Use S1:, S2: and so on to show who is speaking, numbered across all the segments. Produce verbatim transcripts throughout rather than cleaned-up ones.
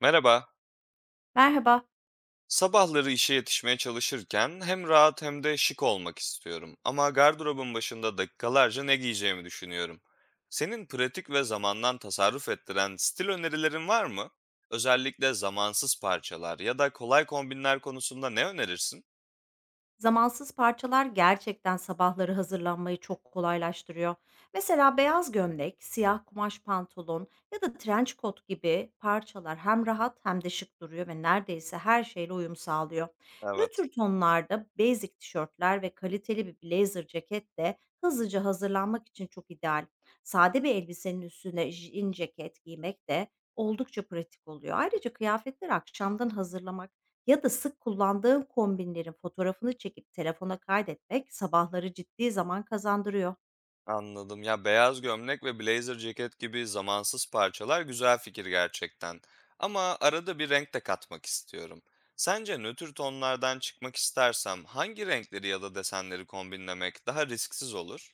S1: Merhaba.
S2: Merhaba.
S1: Sabahları işe yetişmeye çalışırken hem rahat hem de şık olmak istiyorum. Ama gardırobun başında dakikalarca ne giyeceğimi düşünüyorum. Senin pratik ve zamandan tasarruf ettiren stil önerilerin var mı? Özellikle zamansız parçalar ya da kolay kombinler konusunda ne önerirsin?
S2: Zamansız parçalar gerçekten sabahları hazırlanmayı çok kolaylaştırıyor. Mesela beyaz gömlek, siyah kumaş pantolon ya da trench coat gibi parçalar hem rahat hem de şık duruyor ve neredeyse her şeyle uyum sağlıyor.
S1: Evet.
S2: Nötr tonlarda basic tişörtler ve kaliteli bir blazer ceket de hızlıca hazırlanmak için çok ideal. Sade bir elbisenin üstüne jean ceket giymek de oldukça pratik oluyor. Ayrıca kıyafetleri akşamdan hazırlamak ya da sık kullandığın kombinlerin fotoğrafını çekip telefona kaydetmek sabahları ciddi zaman kazandırıyor.
S1: Anladım. Ya, beyaz gömlek ve blazer ceket gibi zamansız parçalar güzel fikir gerçekten. Ama arada bir renk de katmak istiyorum. Sence nötr tonlardan çıkmak istersem hangi renkleri ya da desenleri kombinlemek daha risksiz olur?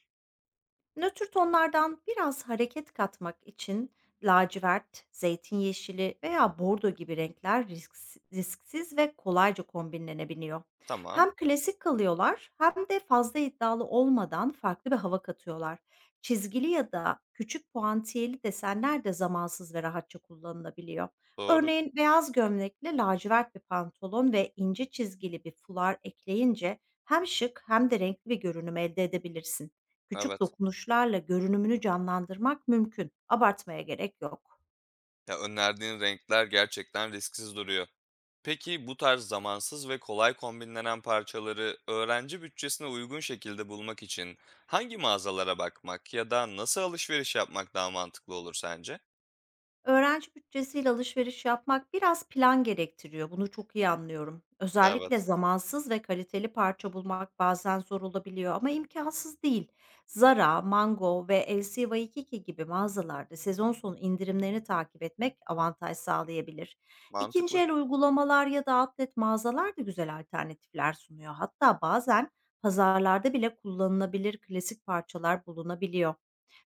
S2: Nötr tonlardan biraz hareket katmak için lacivert, zeytin yeşili veya bordo gibi renkler risks- risksiz ve kolayca kombinlenebiliyor.
S1: Tamam,
S2: Hem klasik kalıyorlar hem de fazla iddialı olmadan farklı bir hava katıyorlar. Çizgili ya da küçük puantiyeli desenler de zamansız ve rahatça kullanılabiliyor.
S1: doğru.
S2: Örneğin beyaz gömlekle lacivert bir pantolon ve ince çizgili bir fular ekleyince hem şık hem de renkli bir görünüm elde edebilirsin. Küçük
S1: Evet.
S2: dokunuşlarla görünümünü canlandırmak mümkün. Abartmaya gerek yok.
S1: Ya, önerdiğin renkler gerçekten risksiz duruyor. Peki bu tarz zamansız ve kolay kombinlenen parçaları öğrenci bütçesine uygun şekilde bulmak için hangi mağazalara bakmak ya da nasıl alışveriş yapmak daha mantıklı olur sence?
S2: Öğrenci bütçesiyle alışveriş yapmak biraz plan gerektiriyor. Bunu çok iyi anlıyorum. Özellikle
S1: Evet,
S2: zamansız ve kaliteli parça bulmak bazen zor olabiliyor ama imkansız değil. Zara, Mango ve l c y iki gibi mağazalarda sezon sonu indirimlerini takip etmek avantaj sağlayabilir. İkinci
S1: mantıklı.
S2: el uygulamalar ya da outlet mağazalar da güzel alternatifler sunuyor. Hatta bazen pazarlarda bile kullanılabilir klasik parçalar bulunabiliyor.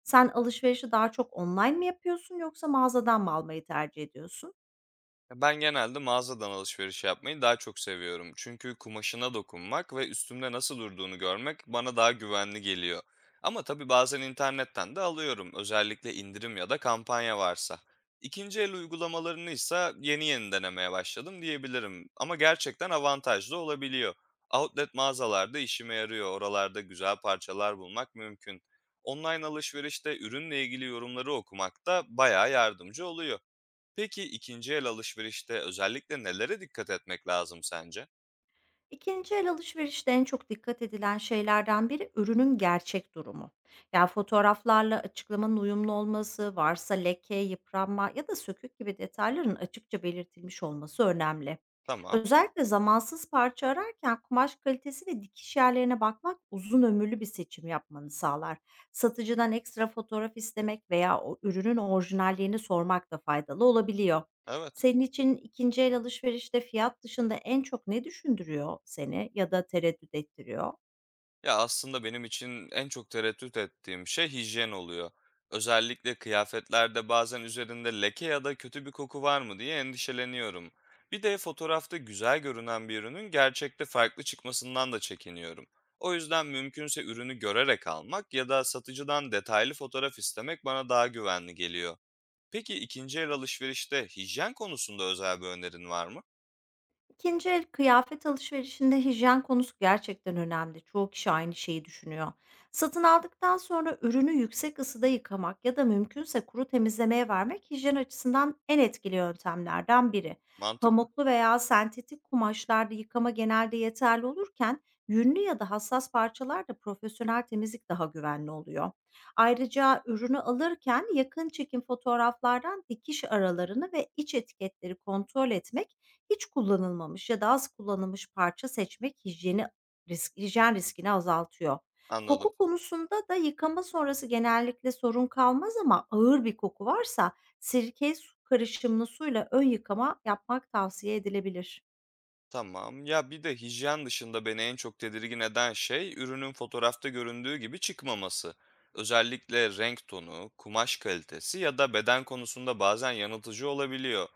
S2: Sen alışverişi daha çok online mi yapıyorsun yoksa mağazadan mı almayı tercih ediyorsun?
S1: Ya, ben genelde mağazadan alışveriş yapmayı daha çok seviyorum, çünkü kumaşına dokunmak ve üstümde nasıl durduğunu görmek bana daha güvenli geliyor. Ama tabii bazen internetten de alıyorum, özellikle indirim ya da kampanya varsa. İkinci el uygulamalarını ise yeni yeni denemeye başladım diyebilirim. Ama gerçekten avantajlı olabiliyor. Outlet mağazalarda işime yarıyor. Oralarda güzel parçalar bulmak mümkün. Online alışverişte ürünle ilgili yorumları okumak da bayağı yardımcı oluyor. Peki, ikinci el alışverişte özellikle nelere dikkat etmek lazım sence?
S2: İkinci el alışverişte en çok dikkat edilen şeylerden biri ürünün gerçek durumu. Yani fotoğraflarla açıklamanın uyumlu olması, varsa leke, yıpranma ya da sökük gibi detayların açıkça belirtilmiş olması önemli.
S1: Tamam,
S2: Özellikle zamansız parça ararken kumaş kalitesi ve dikiş yerlerine bakmak uzun ömürlü bir seçim yapmanı sağlar. Satıcıdan ekstra fotoğraf istemek veya o ürünün orijinalliğini sormak da faydalı olabiliyor.
S1: evet.
S2: Senin için ikinci el alışverişte fiyat dışında en çok ne düşündürüyor seni ya da tereddüt ettiriyor?
S1: Ya, aslında benim için en çok tereddüt ettiğim şey hijyen oluyor. Özellikle kıyafetlerde bazen üzerinde leke ya da kötü bir koku var mı diye endişeleniyorum. Bir de fotoğrafta güzel görünen bir ürünün gerçekte farklı çıkmasından da çekiniyorum. O yüzden mümkünse ürünü görerek almak ya da satıcıdan detaylı fotoğraf istemek bana daha güvenli geliyor. Peki ikinci el alışverişte hijyen konusunda özel bir önerin var mı?
S2: İkinci el kıyafet alışverişinde hijyen konusu gerçekten önemli. Çoğu kişi aynı şeyi düşünüyor. Satın aldıktan sonra ürünü yüksek ısıda yıkamak ya da mümkünse kuru temizlemeye vermek hijyen açısından en etkili yöntemlerden biri.
S1: Mantıklı,
S2: Pamuklu veya sentetik kumaşlarda yıkama genelde yeterli olurken yünlü ya da hassas parçalarda profesyonel temizlik daha güvenli oluyor. Ayrıca ürünü alırken yakın çekim fotoğraflardan dikiş aralarını ve iç etiketleri kontrol etmek, hiç kullanılmamış ya da az kullanılmış parça seçmek hijyeni risk hijyen riskini azaltıyor.
S1: anladım.
S2: Koku konusunda da yıkama sonrası genellikle sorun kalmaz, ama ağır bir koku varsa sirke su karışımlı suyla ön yıkama yapmak tavsiye edilebilir.
S1: Tamam. Ya bir de hijyen dışında beni en çok tedirgin eden şey ürünün fotoğrafta göründüğü gibi çıkmaması. Özellikle renk tonu, kumaş kalitesi ya da beden konusunda bazen yanıltıcı olabiliyor.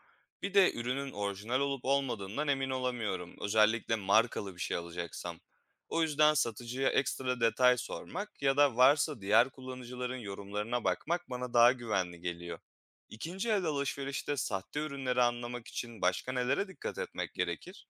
S1: Bir de ürünün orijinal olup olmadığından emin olamıyorum, özellikle markalı bir şey alacaksam. O yüzden satıcıya ekstra detay sormak ya da varsa diğer kullanıcıların yorumlarına bakmak bana daha güvenli geliyor. İkinci el alışverişte sahte ürünleri anlamak için başka nelere dikkat etmek gerekir?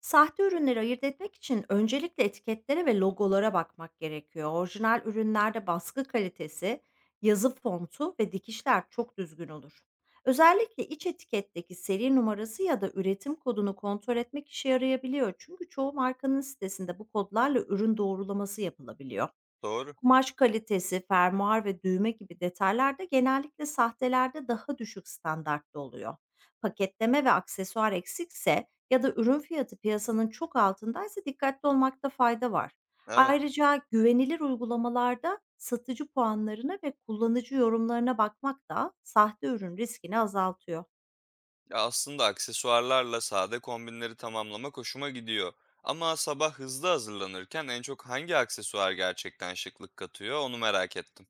S2: Sahte ürünleri ayırt etmek için öncelikle etiketlere ve logolara bakmak gerekiyor. Orijinal ürünlerde baskı kalitesi, yazı fontu ve dikişler çok düzgün olur. Özellikle iç etiketteki seri numarası ya da üretim kodunu kontrol etmek işe yarayabiliyor, çünkü çoğu markanın sitesinde bu kodlarla ürün doğrulaması yapılabiliyor.
S1: Doğru.
S2: Kumaş kalitesi, fermuar ve düğme gibi detaylar da genellikle sahtelerde daha düşük standartta oluyor. Paketleme ve aksesuar eksikse ya da ürün fiyatı piyasanın çok altındaysa dikkatli olmakta fayda var.
S1: Evet.
S2: Ayrıca güvenilir uygulamalarda satıcı puanlarına ve kullanıcı yorumlarına bakmak da sahte ürün riskini azaltıyor.
S1: Ya, aslında aksesuarlarla sade kombinleri tamamlamak hoşuma gidiyor. Ama sabah hızlı hazırlanırken en çok hangi aksesuar gerçekten şıklık katıyor onu merak ettim.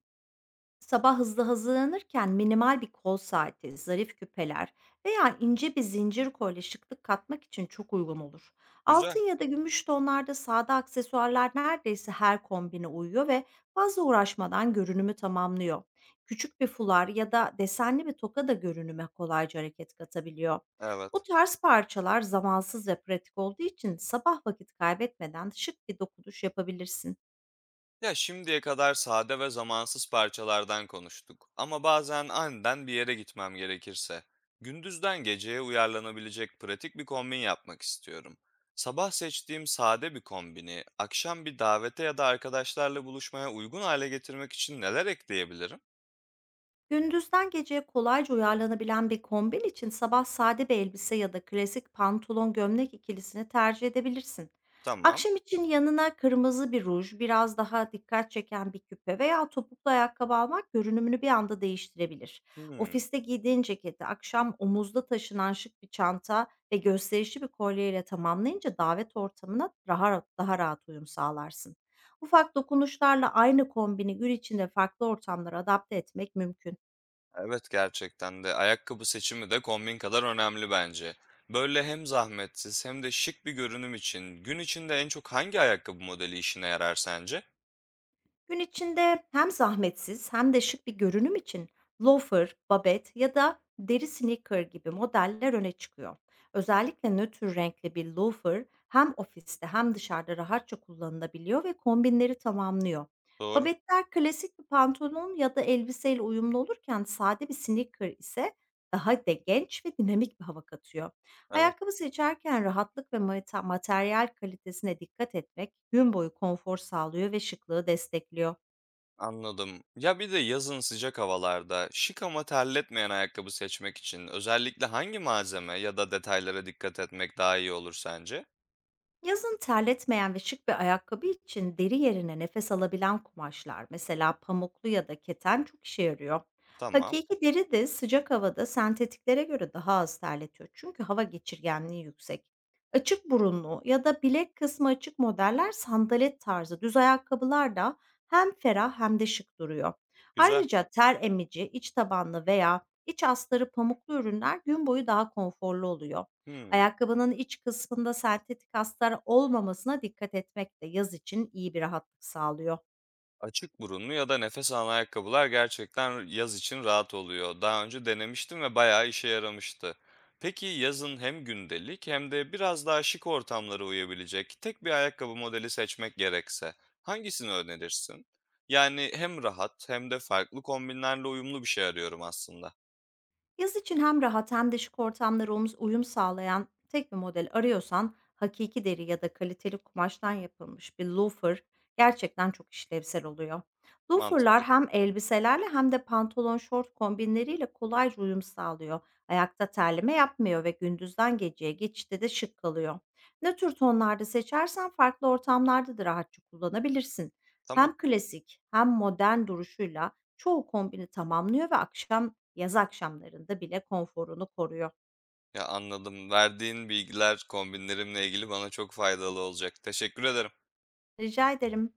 S2: Sabah hızlı hazırlanırken minimal bir kol saati, zarif küpeler veya ince bir zincir kolye şıklık katmak için çok uygun olur.
S1: Güzel.
S2: Altın ya da gümüş tonlarda sade aksesuarlar neredeyse her kombine uyuyor ve fazla uğraşmadan görünümü tamamlıyor. Küçük bir fular ya da desenli bir toka da görünüme kolayca hareket katabiliyor. Bu
S1: Evet.
S2: tarz parçalar zamansız ve pratik olduğu için sabah vakit kaybetmeden şık bir dokunuş yapabilirsin.
S1: Ya şimdiye kadar sade ve zamansız parçalardan konuştuk, ama bazen aniden bir yere gitmem gerekirse gündüzden geceye uyarlanabilecek pratik bir kombin yapmak istiyorum. Sabah seçtiğim sade bir kombini, akşam bir davete ya da arkadaşlarla buluşmaya uygun hale getirmek için neler ekleyebilirim?
S2: Gündüzden geceye kolayca uyarlanabilen bir kombin için sabah sade bir elbise ya da klasik pantolon gömlek ikilisini tercih edebilirsin.
S1: Tamam.
S2: Akşam için yanına kırmızı bir ruj, biraz daha dikkat çeken bir küpe veya topuklu ayakkabı almak görünümünü bir anda değiştirebilir.
S1: Hmm,
S2: Ofiste giydiğin ceketi akşam omuzda taşınan şık bir çanta ve gösterişli bir kolyeyle tamamlayınca davet ortamına daha rahat, daha rahat uyum sağlarsın. Ufak dokunuşlarla aynı kombini gün içinde farklı ortamlara adapte etmek mümkün.
S1: evet, gerçekten de ayakkabı seçimi de kombin kadar önemli bence. Böyle hem zahmetsiz hem de şık bir görünüm için gün içinde en çok hangi ayakkabı modeli işine yarar sence?
S2: Gün içinde hem zahmetsiz hem de şık bir görünüm için loafer, babet ya da deri sneaker gibi modeller öne çıkıyor. Özellikle nötr renkli bir loafer hem ofiste hem dışarıda rahatça kullanılabiliyor ve kombinleri tamamlıyor.
S1: Doğru.
S2: Babetler klasik bir pantolon ya da elbiseyle uyumlu olurken, sade bir sneaker ise daha de genç ve dinamik bir hava katıyor.
S1: Evet,
S2: Ayakkabı seçerken rahatlık ve mate- materyal kalitesine dikkat etmek gün boyu konfor sağlıyor ve şıklığı destekliyor.
S1: anladım. Ya bir de yazın sıcak havalarda şık ama terletmeyen ayakkabı seçmek için özellikle hangi malzeme ya da detaylara dikkat etmek daha iyi olur sence?
S2: Yazın terletmeyen ve şık bir ayakkabı için deri yerine nefes alabilen kumaşlar, mesela pamuklu ya da keten çok işe yarıyor.
S1: Tamam,
S2: Hakiki deri de sıcak havada sentetiklere göre daha az terletiyor, çünkü hava geçirgenliği yüksek. Açık burunlu ya da bilek kısmı açık modeller, sandalet tarzı düz ayakkabılar da hem ferah hem de şık duruyor.
S1: güzel.
S2: Ayrıca ter emici, iç tabanlı veya iç astarı pamuklu ürünler gün boyu daha konforlu oluyor.
S1: Hmm.
S2: Ayakkabının iç kısmında sentetik astar olmamasına dikkat etmek de yaz için iyi bir rahatlık sağlıyor.
S1: Açık burunlu ya da nefes alan ayakkabılar gerçekten yaz için rahat oluyor. Daha önce denemiştim ve bayağı işe yaramıştı. Peki yazın hem gündelik hem de biraz daha şık ortamlara uyabilecek tek bir ayakkabı modeli seçmek gerekse hangisini önerirsin? Yani hem rahat hem de farklı kombinlerle uyumlu bir şey arıyorum aslında.
S2: Yaz için hem rahat hem de şık ortamlara omuz- uyum sağlayan tek bir model arıyorsan, hakiki deri ya da kaliteli kumaştan yapılmış bir loafer gerçekten çok işlevsel oluyor. Loaferlar
S1: Mantıklı.
S2: hem elbiselerle hem de pantolon şort kombinleriyle kolayca uyum sağlıyor. Ayakta terleme yapmıyor ve gündüzden geceye geçişte de şık kalıyor. Ne tür tonlarda seçersen farklı ortamlarda da rahatça kullanabilirsin.
S1: Tamam.
S2: Hem klasik hem modern duruşuyla çoğu kombini tamamlıyor ve akşam, yaz akşamlarında bile konforunu koruyor.
S1: Ya, anladım. Verdiğin bilgiler kombinlerimle ilgili bana çok faydalı olacak. Teşekkür ederim.
S2: Rica ederim.